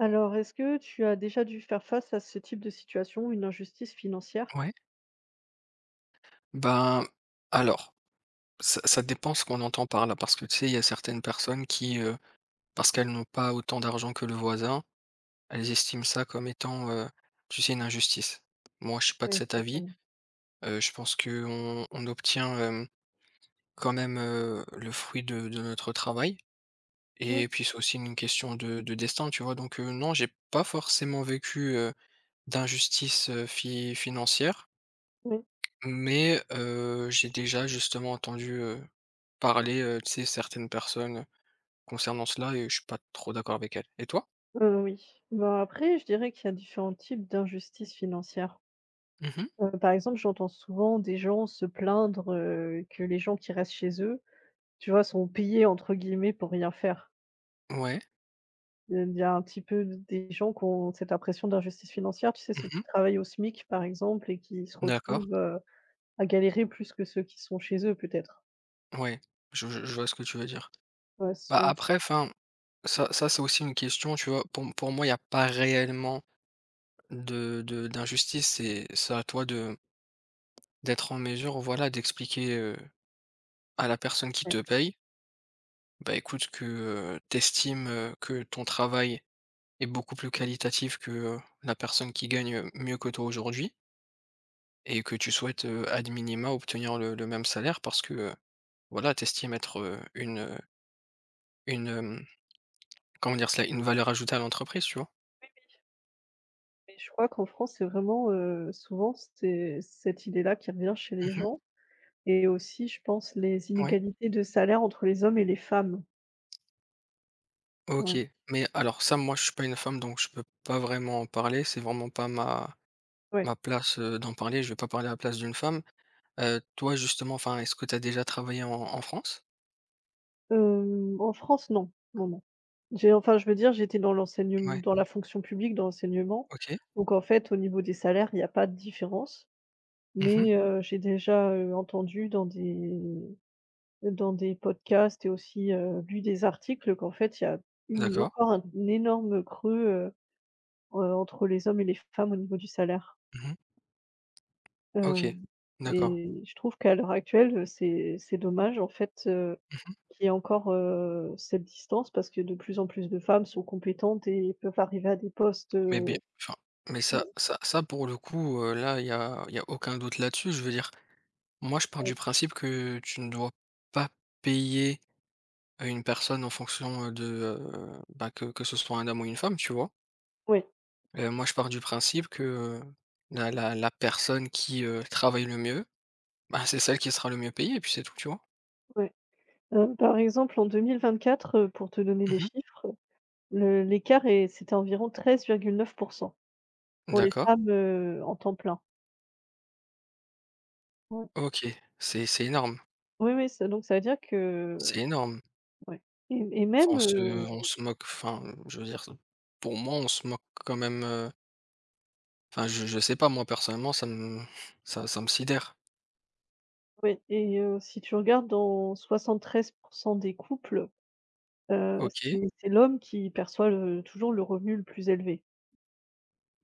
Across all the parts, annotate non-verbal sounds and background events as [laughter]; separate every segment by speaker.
Speaker 1: Alors, est-ce que tu as déjà dû faire face à ce type de situation, une injustice financière?
Speaker 2: Ouais, ben, alors, ça dépend ce qu'on entend par là, parce que tu sais, il y a certaines personnes qui, parce qu'elles n'ont pas autant d'argent que le voisin, elles estiment ça comme étant, tu sais, une injustice. Moi, je suis pas de
Speaker 1: Oui,
Speaker 2: cet avis,
Speaker 1: exactement.
Speaker 2: je pense que on obtient, quand même, le fruit de notre travail
Speaker 1: Oui,
Speaker 2: et puis c'est aussi une question de destin, tu vois? Donc, non, j'ai pas forcément vécu, d'injustice, fi financière.
Speaker 1: oui,
Speaker 2: Mais j'ai déjà justement entendu, parler, tu sais, certaines personnes concernant cela, et je suis pas trop d'accord avec elles. Et toi?
Speaker 1: oui. Ben, après, je dirais qu'il y a différents types d'injustices financières.
Speaker 2: Mmh.
Speaker 1: Par exemple, j'entends souvent des gens se plaindre, que les gens qui restent chez eux, tu vois, sont «payés» entre guillemets pour rien faire.
Speaker 2: Ouais.
Speaker 1: Il y a un petit peu des gens qui ont cette impression d'injustice financière, tu sais, ceux qui
Speaker 2: Mmh.
Speaker 1: travaillent au SMIC, par exemple, et qui se
Speaker 2: D'accord.
Speaker 1: retrouvent, à galérer plus que ceux qui sont chez eux peut-être.
Speaker 2: Ouais. Je vois ce que tu veux dire.
Speaker 1: Ouais,
Speaker 2: Bah,
Speaker 1: je
Speaker 2: après, enfin, ça ça, c'est aussi une question, tu vois? Pour moi, il y a pas réellement de d'injustice. C'est à toi de d'être en mesure, voilà, d'expliquer, à la personne qui
Speaker 1: ouais.
Speaker 2: te paye, bah, écoute, que, tu estimes, que ton travail est beaucoup plus qualitatif que, la personne qui gagne, mieux que toi aujourd'hui, et que tu souhaites, ad minima obtenir le même salaire parce que, voilà, tu estimes être, une, comment dire cela? Une valeur ajoutée à l'entreprise, tu vois?
Speaker 1: Mais je crois qu'en France, c'est vraiment, souvent, c'est cette idée-là qui revient chez les
Speaker 2: Mmh.
Speaker 1: gens et aussi, je pense, les
Speaker 2: Ouais,
Speaker 1: inégalités de salaire entre les hommes et les femmes.
Speaker 2: OK.
Speaker 1: Ouais,
Speaker 2: Mais alors ça, moi, je suis pas une femme, donc je peux pas vraiment en parler. C'est vraiment pas ma
Speaker 1: ouais.
Speaker 2: place, d'en parler. Je vais pas parler à la place d'une femme. Toi, justement, enfin, est-ce que tu as déjà travaillé en France?
Speaker 1: En France, non, non, non. J'ai enfin, je veux dire, j'étais dans l'enseignement,
Speaker 2: Ouais,
Speaker 1: dans la fonction publique, dans l'enseignement,
Speaker 2: OK.
Speaker 1: donc en fait, au niveau des salaires, il n'y a pas de différence,
Speaker 2: Mmh.
Speaker 1: mais j'ai déjà, entendu dans des podcasts et aussi, lu des articles qu'en fait, il y a une
Speaker 2: D'accord.
Speaker 1: encore un énorme creux. Entre les hommes et les femmes au niveau du salaire.
Speaker 2: Mmh. OK.
Speaker 1: Heu
Speaker 2: D'accord.
Speaker 1: et je trouve qu'à l'heure actuelle, c'est dommage en fait,
Speaker 2: Mmh.
Speaker 1: qu'il y ait encore, cette distance parce que de plus en plus de femmes sont compétentes et peuvent arriver à des postes,
Speaker 2: Mais bien, enfin, mais ça
Speaker 1: [unintelligible]
Speaker 2: ça ça pour le coup, là, il y a aucun doute là-dessus. Je veux dire, moi, je pars du principe que tu ne dois pas payer, une personne en fonction, de, bah, que ce soit un homme ou une femme, tu vois?
Speaker 1: ouais,
Speaker 2: Moi, je pars du principe que, heu, la personne qui, travaille le mieux, bah, c'est celle qui sera le mieux payée et puis c'est tout, tu vois?
Speaker 1: ouais. Par exemple en 2024, pour te donner des
Speaker 2: Mmh.
Speaker 1: chiffres, le l'écart est c'était environ 13,9% pour les
Speaker 2: D'accord.
Speaker 1: femmes, en temps plein. Ouais.
Speaker 2: OK, c'est énorme,
Speaker 1: Oui, oui, ça donc ça veut dire que,
Speaker 2: c'est énorme.
Speaker 1: ouais, et
Speaker 2: Enfin,
Speaker 1: même,
Speaker 2: on
Speaker 1: heu
Speaker 2: se on se moque, enfin, je veux dire, pour moi, on se moque quand même. Heu, enfin, je sais pas, moi personnellement, ça me sidère.
Speaker 1: Oui, et si tu regardes dans 73 des couples,
Speaker 2: OK.
Speaker 1: c'est l'homme qui perçoit le toujours le revenu le plus élevé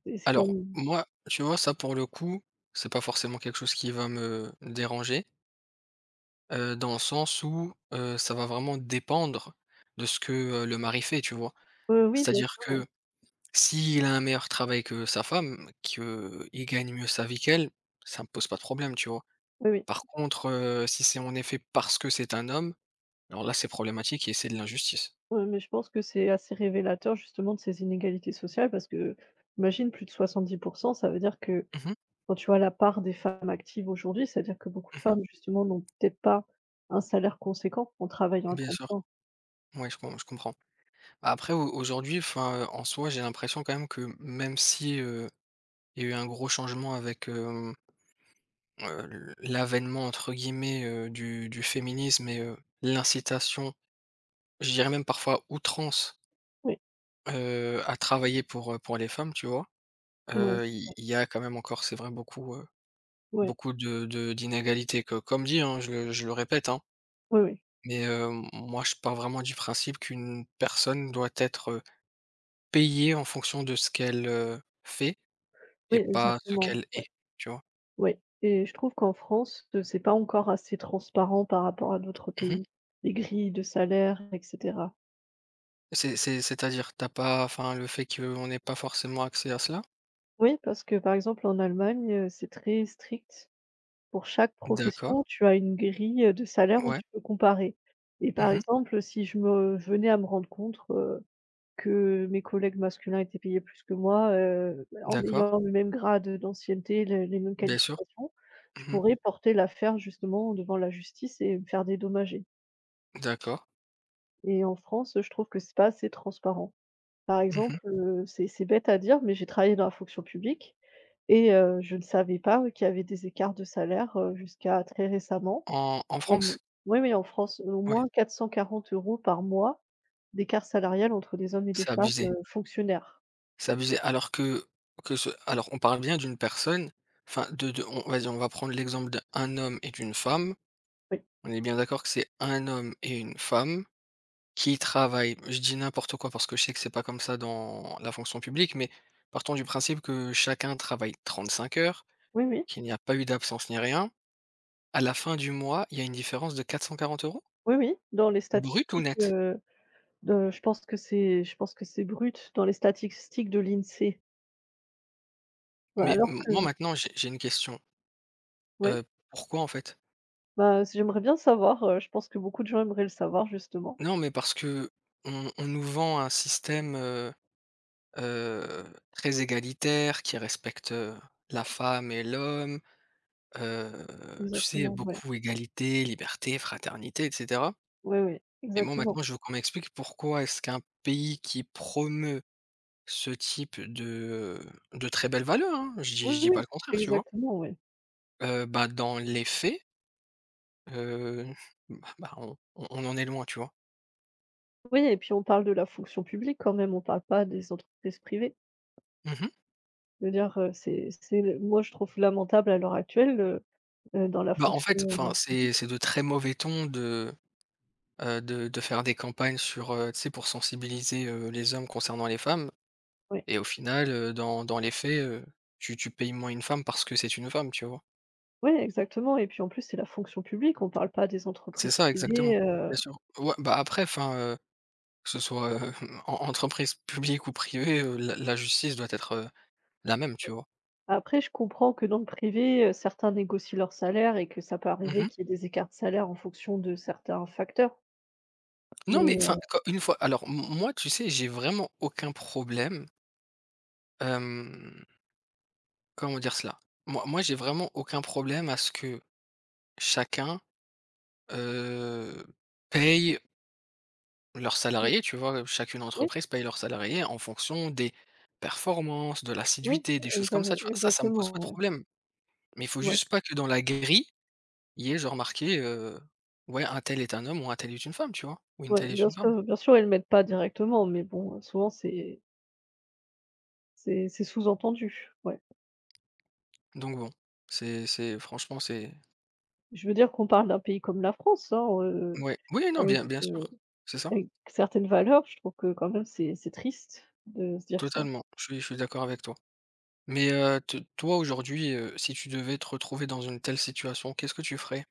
Speaker 1: et c'est quand
Speaker 2: Alors
Speaker 1: même
Speaker 2: moi, tu vois, ça pour le coup, c'est pas forcément quelque chose qui va me déranger, dans le sens où, ça va vraiment dépendre de ce que, le mari fait, tu vois?
Speaker 1: heu, oui, bien
Speaker 2: C'est-à-dire
Speaker 1: sûr, oui.
Speaker 2: que s'il a un meilleur travail que sa femme, qu'il gagne mieux sa vie qu'elle, ça me pose pas de problème, tu vois?
Speaker 1: Oui, oui.
Speaker 2: Par contre, si c'est en effet parce que c'est un homme, alors là c'est problématique et c'est de l'injustice.
Speaker 1: Ouais, mais je pense que c'est assez révélateur justement de ces inégalités sociales parce que, imagine plus de 70, ça veut dire que
Speaker 2: Mmh mh.
Speaker 1: quand tu vois la part des femmes actives aujourd'hui, c'est-à-dire que beaucoup de
Speaker 2: Mmh.
Speaker 1: femmes justement n'ont peut-être pas un salaire conséquent en travaillant à
Speaker 2: Bien
Speaker 1: temps
Speaker 2: sûr.
Speaker 1: plein.
Speaker 2: Ouais, je comprends. Après au aujourd'hui, enfin, en soi, j'ai l'impression quand même que, même si, il y a eu un gros changement avec, hem, l «l'avènement» entre guillemets, du féminisme et l'incitation, je dirais même parfois outrance,
Speaker 1: Oui,
Speaker 2: à travailler pour les femmes, tu vois?
Speaker 1: ouais, c'est
Speaker 2: Il
Speaker 1: vrai.
Speaker 2: y a quand même encore, c'est vrai,
Speaker 1: Ouais,
Speaker 2: beaucoup de d'inégalités, que comme dit, hein, je le répète, hein,
Speaker 1: oui, oui,
Speaker 2: mais moi je pars vraiment du principe qu'une personne doit être, payée en fonction de ce qu'elle, fait. Et
Speaker 1: oui,
Speaker 2: pas ce
Speaker 1: exactement.
Speaker 2: qu'elle est, tu vois?
Speaker 1: Oui et je trouve qu'en France, c'est pas encore assez transparent par rapport à d'autres
Speaker 2: Mmh.
Speaker 1: pays. Les grilles de salaire et cetera.
Speaker 2: C'est-à-dire? T'as pas, enfin, le fait qu'on n'ait pas forcément accès à cela?
Speaker 1: Oui, parce que, par exemple, en Allemagne, c'est très strict. Pour chaque
Speaker 2: D'accord,
Speaker 1: profession, tu as une grille, de salaire où
Speaker 2: ouais.
Speaker 1: tu peux comparer et par
Speaker 2: Mmh.
Speaker 1: exemple, si je venais à me rendre compte, que mes collègues masculins étaient payés plus que moi, en
Speaker 2: D'accord,
Speaker 1: ayant le même grade d'ancienneté, les mêmes
Speaker 2: bien sûr.
Speaker 1: qualifications, je
Speaker 2: Mmh.
Speaker 1: pourrais porter l'affaire justement devant la justice et me faire dédommager.
Speaker 2: D'accord.
Speaker 1: Et en France, je trouve que c'est pas assez transparent. Par
Speaker 2: Mmh.
Speaker 1: exemple, c'est bête à dire, mais j'ai travaillé dans la fonction publique et je ne savais pas qu'il y avait des écarts de salaire, jusqu'à très récemment.
Speaker 2: En
Speaker 1: En
Speaker 2: France?
Speaker 1: Oui, oui, en France, au
Speaker 2: Oui.
Speaker 1: moins 440 € par mois d'écart salarial entre des hommes et des
Speaker 2: C'est
Speaker 1: femmes,
Speaker 2: abusé,
Speaker 1: fonctionnaires.
Speaker 2: c'est abusé. Alors que ce alors on parle bien d'une personne, enfin de on, vas-y, on va prendre l'exemple d'un homme et d'une femme.
Speaker 1: Oui.
Speaker 2: On est bien d'accord que c'est un homme et une femme. Qui travaille? Je dis n'importe quoi parce que je sais que c'est pas comme ça dans la fonction publique, mais partons du principe que chacun travaille 35 heures,
Speaker 1: Oui, oui.
Speaker 2: qu'il n'y a pas eu d'absence ni rien. À la fin du mois, il y a une différence de 440 euros.
Speaker 1: Oui, oui, dans les
Speaker 2: Brut ou
Speaker 1: statistiques,
Speaker 2: net?
Speaker 1: de je pense que c'est brut, dans les statistiques de l'INSEE. Bah,
Speaker 2: Mais
Speaker 1: alors
Speaker 2: m
Speaker 1: que
Speaker 2: moi maintenant j'ai une question,
Speaker 1: ouais.
Speaker 2: heu, pourquoi en fait?
Speaker 1: Bah, j'aimerais bien savoir, je pense que beaucoup de gens aimeraient le savoir justement.
Speaker 2: Non, mais parce que on nous vend un système, heu, très égalitaire, qui respecte, la femme et l'homme, heu, tu sais,
Speaker 1: Exactement, ouais.
Speaker 2: beaucoup: égalité, liberté, fraternité et cetera.
Speaker 1: Oui, oui,
Speaker 2: Mais moi,
Speaker 1: exactement.
Speaker 2: maintenant, je veux qu'on m'explique pourquoi est-ce qu'un pays qui promeut ce type de très belles valeurs, hein,
Speaker 1: Oui,
Speaker 2: je dis
Speaker 1: oui,
Speaker 2: pas le contraire, tu vois?
Speaker 1: exactement, oui.
Speaker 2: Bah, dans les faits, heu, on en est loin, tu vois?
Speaker 1: Oui et puis on parle de la fonction publique quand même, on parle pas des entreprises privées.
Speaker 2: Mmh.
Speaker 1: Je veux dire, c'est le moi je trouve lamentable à l'heure actuelle, dans la
Speaker 2: Bah, en
Speaker 1: fonction,
Speaker 2: fait, enfin,
Speaker 1: heu,
Speaker 2: c'est
Speaker 1: publique.
Speaker 2: c'est de très mauvais ton de faire des campagnes sur, tu sais, pour sensibiliser, les hommes concernant les femmes,
Speaker 1: Ouais.
Speaker 2: et au final, dans les faits, tu payes moins une femme parce que c'est une femme, tu vois?
Speaker 1: Ouais, exactement et puis en plus c'est la fonction publique, on parle pas des
Speaker 2: C'est
Speaker 1: entreprises
Speaker 2: ça,
Speaker 1: privées.
Speaker 2: exactement.
Speaker 1: heu,
Speaker 2: Bien sûr. Ouais, bah, après, enfin, que ce soit, [laughs] en entreprise publique ou privée, la justice doit être, la même, tu vois?
Speaker 1: après je comprends que dans le privé, certains négocient leur salaire et que ça peut arriver
Speaker 2: Mmh.
Speaker 1: qu'il y ait des écarts de salaire en fonction de certains facteurs,
Speaker 2: Non, mais enfin,
Speaker 1: mais
Speaker 2: quand une fois, alors m moi, tu sais, j'ai vraiment aucun problème. hem, Comment dire cela? Moi, j'ai vraiment aucun problème à ce que chacun, heu, paye leurs
Speaker 1: oui,
Speaker 2: salariés, tu vois? Chacune
Speaker 1: oui,
Speaker 2: entreprise paye leurs salariés en fonction des performances, de
Speaker 1: oui,
Speaker 2: l'assiduité, des choses
Speaker 1: exac
Speaker 2: comme ça, tu vois? Ça me pose pas de
Speaker 1: exactement, ouais.
Speaker 2: problème. Mais il faut
Speaker 1: Ouais,
Speaker 2: juste pas que dans la grille. Hier, j'ai remarqué, ouais, un tel est un homme ou un tel est une femme, tu vois? Ou une
Speaker 1: ouais,
Speaker 2: telle est une femme.
Speaker 1: bien sûr, ils le mettent pas directement, mais bon, souvent c'est sous-entendu, ouais.
Speaker 2: Donc bon, c'est, franchement, c'est,
Speaker 1: Je veux dire qu'on parle d'un pays comme la France, hein,
Speaker 2: ouais. Oui, non,
Speaker 1: avec,
Speaker 2: bien bien sûr,
Speaker 1: heu,
Speaker 2: c'est ça,
Speaker 1: avec certaines valeurs, je trouve que quand même c'est triste de se dire ça.
Speaker 2: totalement. Je suis d'accord avec toi. Mais te toi, aujourd'hui, si tu devais te retrouver dans une telle situation, qu'est-ce que tu ferais?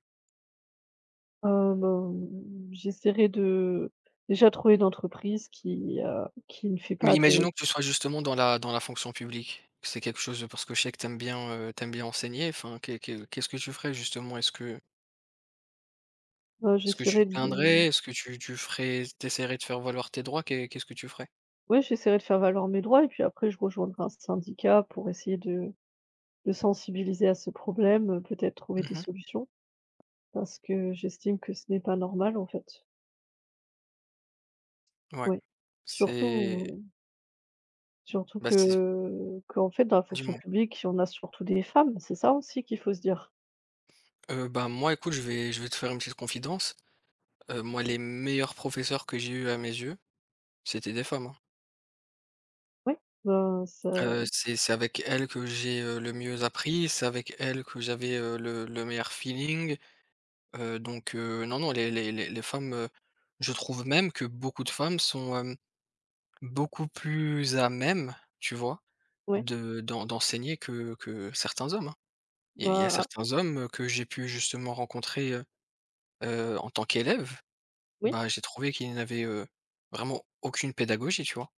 Speaker 1: Ben, j'essaierai de déjà trouver une entreprise qui ne fait
Speaker 2: Mais
Speaker 1: pas de,
Speaker 2: imaginons que tu sois justement dans la fonction publique. Que c'est quelque chose parce que je sais que t'aimes bien, tu bien enseigner, enfin, qu'est-ce que tu ferais justement? Est-ce que
Speaker 1: ouais,
Speaker 2: tu
Speaker 1: j'essaierai
Speaker 2: te
Speaker 1: de
Speaker 2: plaindrais? Est-ce que tu ferais, tu de faire valoir tes droits? Qu'est-ce que tu ferais?
Speaker 1: ouais, j'essaierai de faire valoir mes droits et puis après je rejoindrai un syndicat pour essayer de sensibiliser à ce problème, peut-être trouver des
Speaker 2: Mmh.
Speaker 1: solutions parce que j'estime que ce n'est pas normal, en fait.
Speaker 2: Ouais,
Speaker 1: Ouais.
Speaker 2: c'est
Speaker 1: Surtout surtout
Speaker 2: bah, c'est
Speaker 1: que qu'en fait, dans la fonction
Speaker 2: dis-moi.
Speaker 1: publique, on a surtout des femmes, c'est ça aussi qu'il faut se dire.
Speaker 2: Bah, moi écoute, je vais te faire une petite confidence. Moi les meilleurs professeurs que j'ai eus à mes yeux, c'était des femmes, hein.
Speaker 1: Ouais, ben, ça,
Speaker 2: C'est avec elles que j'ai, le mieux appris, c'est avec elles que j'avais, le meilleur feeling, donc non, non, les femmes, je trouve même que beaucoup de femmes sont, beaucoup plus à même, tu vois?
Speaker 1: ouais,
Speaker 2: De d'en D'enseigner que certains hommes, hein. Et il y a
Speaker 1: bah,
Speaker 2: certains hommes, que j'ai pu justement rencontrer, en tant qu'élève,
Speaker 1: oui,
Speaker 2: bah, j'ai trouvé qu'il n'avait, vraiment aucune pédagogie, tu vois?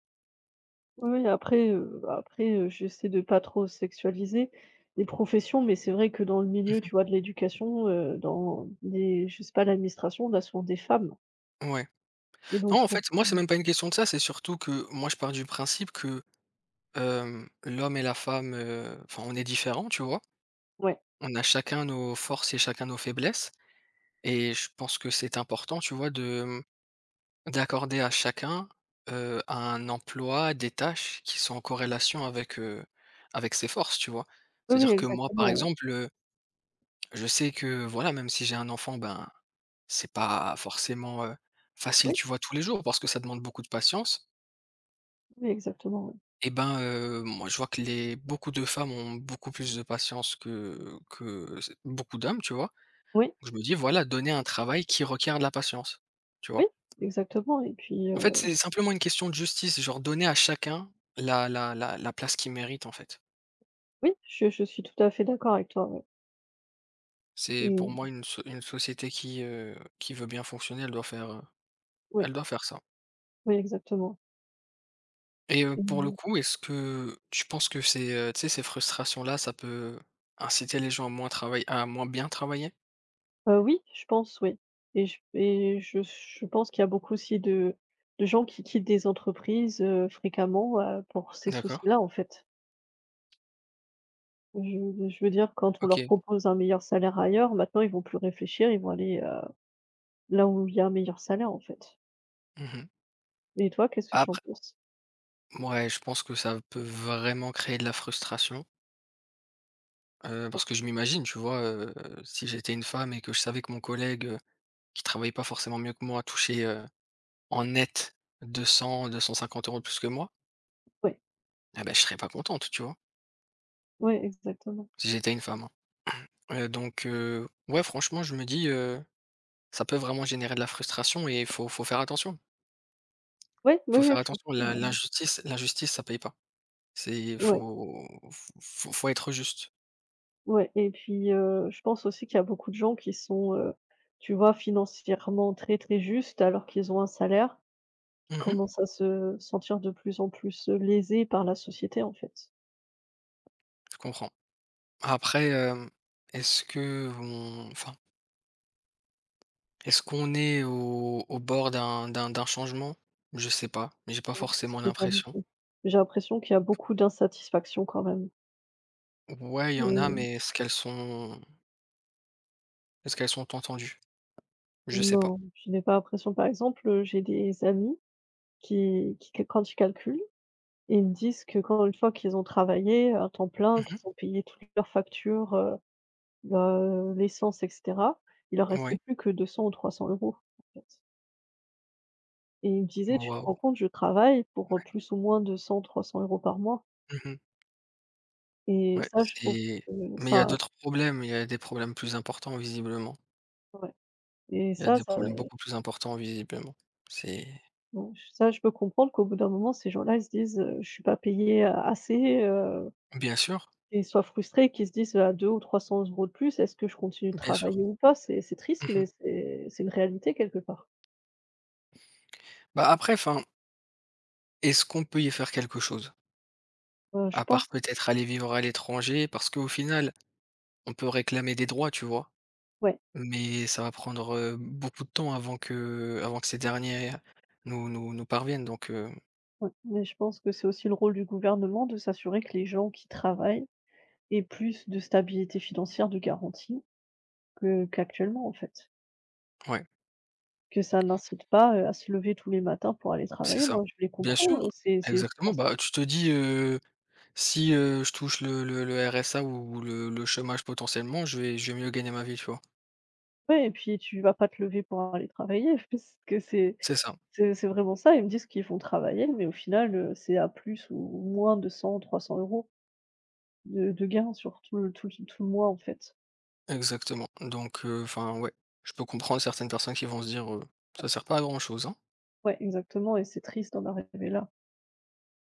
Speaker 1: oui, oui, après, j'essaie de pas trop sexualiser les professions, mais c'est vrai que dans le milieu,
Speaker 2: Mmh.
Speaker 1: tu vois, de l'éducation, dans les je sais pas, l'administration, on a souvent des femmes
Speaker 2: Ouais.
Speaker 1: et donc
Speaker 2: Non,
Speaker 1: je
Speaker 2: en
Speaker 1: trouve,
Speaker 2: fait, moi, c'est même pas une question de ça, c'est surtout que moi, je pars du principe que, l'homme et la femme, enfin, on est différents, tu vois?
Speaker 1: ouais.
Speaker 2: On a chacun nos forces et chacun nos faiblesses, et je pense que c'est important, tu vois, d'accorder à chacun, un emploi, des tâches qui sont en corrélation avec ses forces, tu vois?
Speaker 1: Oui, oui,
Speaker 2: C'est-à-dire que moi, par
Speaker 1: exactement, ouais.
Speaker 2: exemple, je sais que, voilà, même si j'ai un enfant, ben c'est pas forcément, facile,
Speaker 1: Oui.
Speaker 2: tu vois, tous les jours, parce que ça demande beaucoup de patience.
Speaker 1: Oui, exactement, oui.
Speaker 2: Et ben, moi je vois que les beaucoup de femmes ont beaucoup plus de patience que s beaucoup d'hommes, tu vois?
Speaker 1: Oui,
Speaker 2: Donc, je me dis: «Voilà, donner un travail qui requiert de la patience», tu vois?
Speaker 1: oui, exactement et puis,
Speaker 2: En fait,
Speaker 1: j
Speaker 2: c'est simplement une question de justice, genre donner à chacun la place qu'il mérite, en fait.
Speaker 1: oui, je suis tout à fait d'accord avec toi, ouais
Speaker 2: C'est
Speaker 1: et
Speaker 2: pour moi une une société qui, veut bien fonctionner,
Speaker 1: oui,
Speaker 2: elle doit faire ça.
Speaker 1: oui, exactement.
Speaker 2: Et pour le
Speaker 1: Mmh,
Speaker 2: coup, est-ce que tu penses que ces, tu sais, ces frustrations-là, ça peut inciter les gens à moins travailler, à moins bien travailler?
Speaker 1: oui, je pense, oui et je pense qu'il y a beaucoup aussi de gens qui quittent des entreprises, fréquemment, pour ces
Speaker 2: D'accord,
Speaker 1: soucis-là, en fait. Je veux dire, quand on leur
Speaker 2: OK.
Speaker 1: propose un meilleur salaire ailleurs, maintenant, ils vont plus réfléchir, ils vont aller, là où il y a un meilleur salaire, en fait
Speaker 2: Mmh.
Speaker 1: et toi, qu'est-ce que tu en
Speaker 2: Après,
Speaker 1: penses?
Speaker 2: mouais, je pense que ça peut vraiment créer de la frustration,
Speaker 1: Oui,
Speaker 2: parce que je m'imagine, tu vois, si j'étais une femme et que je savais que mon collègue, qui travaillait pas forcément mieux que moi, touchait, en net 200-250 € de plus que moi,
Speaker 1: oui,
Speaker 2: ah ben je serais pas contente, tu vois?
Speaker 1: exactement.
Speaker 2: Si j'étais une femme, hein. Donc ouais, franchement, je me dis, ça peut vraiment générer de la frustration et il faut faire attention.
Speaker 1: Oui, oui,
Speaker 2: Faut
Speaker 1: oui,
Speaker 2: faire
Speaker 1: faut,
Speaker 2: attention, l'injustice ça paye pas. C'est
Speaker 1: ouais.
Speaker 2: faut faut faut être juste.
Speaker 1: Ouais. et puis, je pense aussi qu'il y a beaucoup de gens qui sont, tu vois, financièrement très, très justes alors qu'ils ont un salaire, qui
Speaker 2: Mmh.
Speaker 1: commencent à se sentir de plus en plus, lésés par la société, en fait.
Speaker 2: Je comprends. Après, est-ce que on, enfin, est-ce qu'on est au bord d'un changement? Je sais pas, j'ai pas
Speaker 1: Mmh,
Speaker 2: forcément
Speaker 1: c'est pas non
Speaker 2: l'impression.
Speaker 1: plus j'ai l'impression qu'il y a beaucoup d'insatisfaction quand même.
Speaker 2: Ouais, il y en a,
Speaker 1: Mmh,
Speaker 2: mais est-ce qu'elles sont entendues? Je sais pas.
Speaker 1: non, je n'ai pas l'impression. Par exemple, j'ai des amis qui q quand ils calculent, ils me disent que quand une fois qu'ils ont travaillé à temps plein,
Speaker 2: Mmh mh.
Speaker 1: qu'ils ont payé toutes leurs factures, bah, l'essence et cetera, il leur restait
Speaker 2: Oui.
Speaker 1: plus que 200 ou 300 €, en fait et il me disait: «Tu te
Speaker 2: Waouh!
Speaker 1: rends compte, je travaille pour,
Speaker 2: Ouais.
Speaker 1: plus ou moins 200, 300 euros par mois»
Speaker 2: Mmh.
Speaker 1: et
Speaker 2: Ouais,
Speaker 1: ça, je trouve
Speaker 2: c'est
Speaker 1: que
Speaker 2: mais il y a
Speaker 1: ça,
Speaker 2: d'autres problèmes, il y a des problèmes plus importants visiblement.
Speaker 1: ouais et
Speaker 2: Il y a
Speaker 1: ça
Speaker 2: des
Speaker 1: ça
Speaker 2: problèmes beaucoup plus importants visiblement.
Speaker 1: j
Speaker 2: C'est,
Speaker 1: bon, ça, je peux comprendre qu'au bout d'un moment, ces gens-là, ils se disent: «Je suis pas payé, assez»,
Speaker 2: bien sûr,
Speaker 1: qu'ils soient frustrés, qu'ils se disent: «À 200 ou 300 euros de plus, est-ce que je continue de
Speaker 2: bien sûr.
Speaker 1: travailler ou pas?» C'est triste,
Speaker 2: Mmh.
Speaker 1: mais c'est une réalité quelque part.
Speaker 2: Bah, après, enfin, est-ce qu'on peut y faire quelque chose?
Speaker 1: Je
Speaker 2: À part
Speaker 1: pense,
Speaker 2: peut-être aller vivre à l'étranger, parce qu'au final, on peut réclamer des droits, tu vois?
Speaker 1: ouais.
Speaker 2: Mais ça va prendre, beaucoup de temps avant que ces derniers nous parviennent, donc
Speaker 1: Ouais, mais je pense que c'est aussi le rôle du gouvernement de s'assurer que les gens qui travaillent aient plus de stabilité financière de garantie que qu'actuellement, en fait.
Speaker 2: ouais,
Speaker 1: Que ça n'incite pas, à se lever tous les matins pour aller
Speaker 2: c'est
Speaker 1: travailler.
Speaker 2: ça.
Speaker 1: Moi, je les
Speaker 2: Bien
Speaker 1: comprends,
Speaker 2: sûr,
Speaker 1: c'est ces
Speaker 2: exactement.
Speaker 1: personnes,
Speaker 2: Bah, tu te dis, «Si, je touche le RSA ou le chômage potentiellement, je vais mieux gagner ma vie», tu vois?
Speaker 1: ouais et puis tu vas pas te lever pour aller travailler [laughs] parce que c'est
Speaker 2: C'est ça.
Speaker 1: c'est c'est vraiment ça. Ils me disent qu'ils vont travailler, mais au final, c'est à plus ou moins de 100-300 € de gains sur tout le mois, en fait.
Speaker 2: Exactement. Donc, enfin, ouais, je peux comprendre certaines personnes qui vont se dire, «Ça sert pas à grand chose, hein».
Speaker 1: Ouais, exactement et c'est triste d'en arriver là.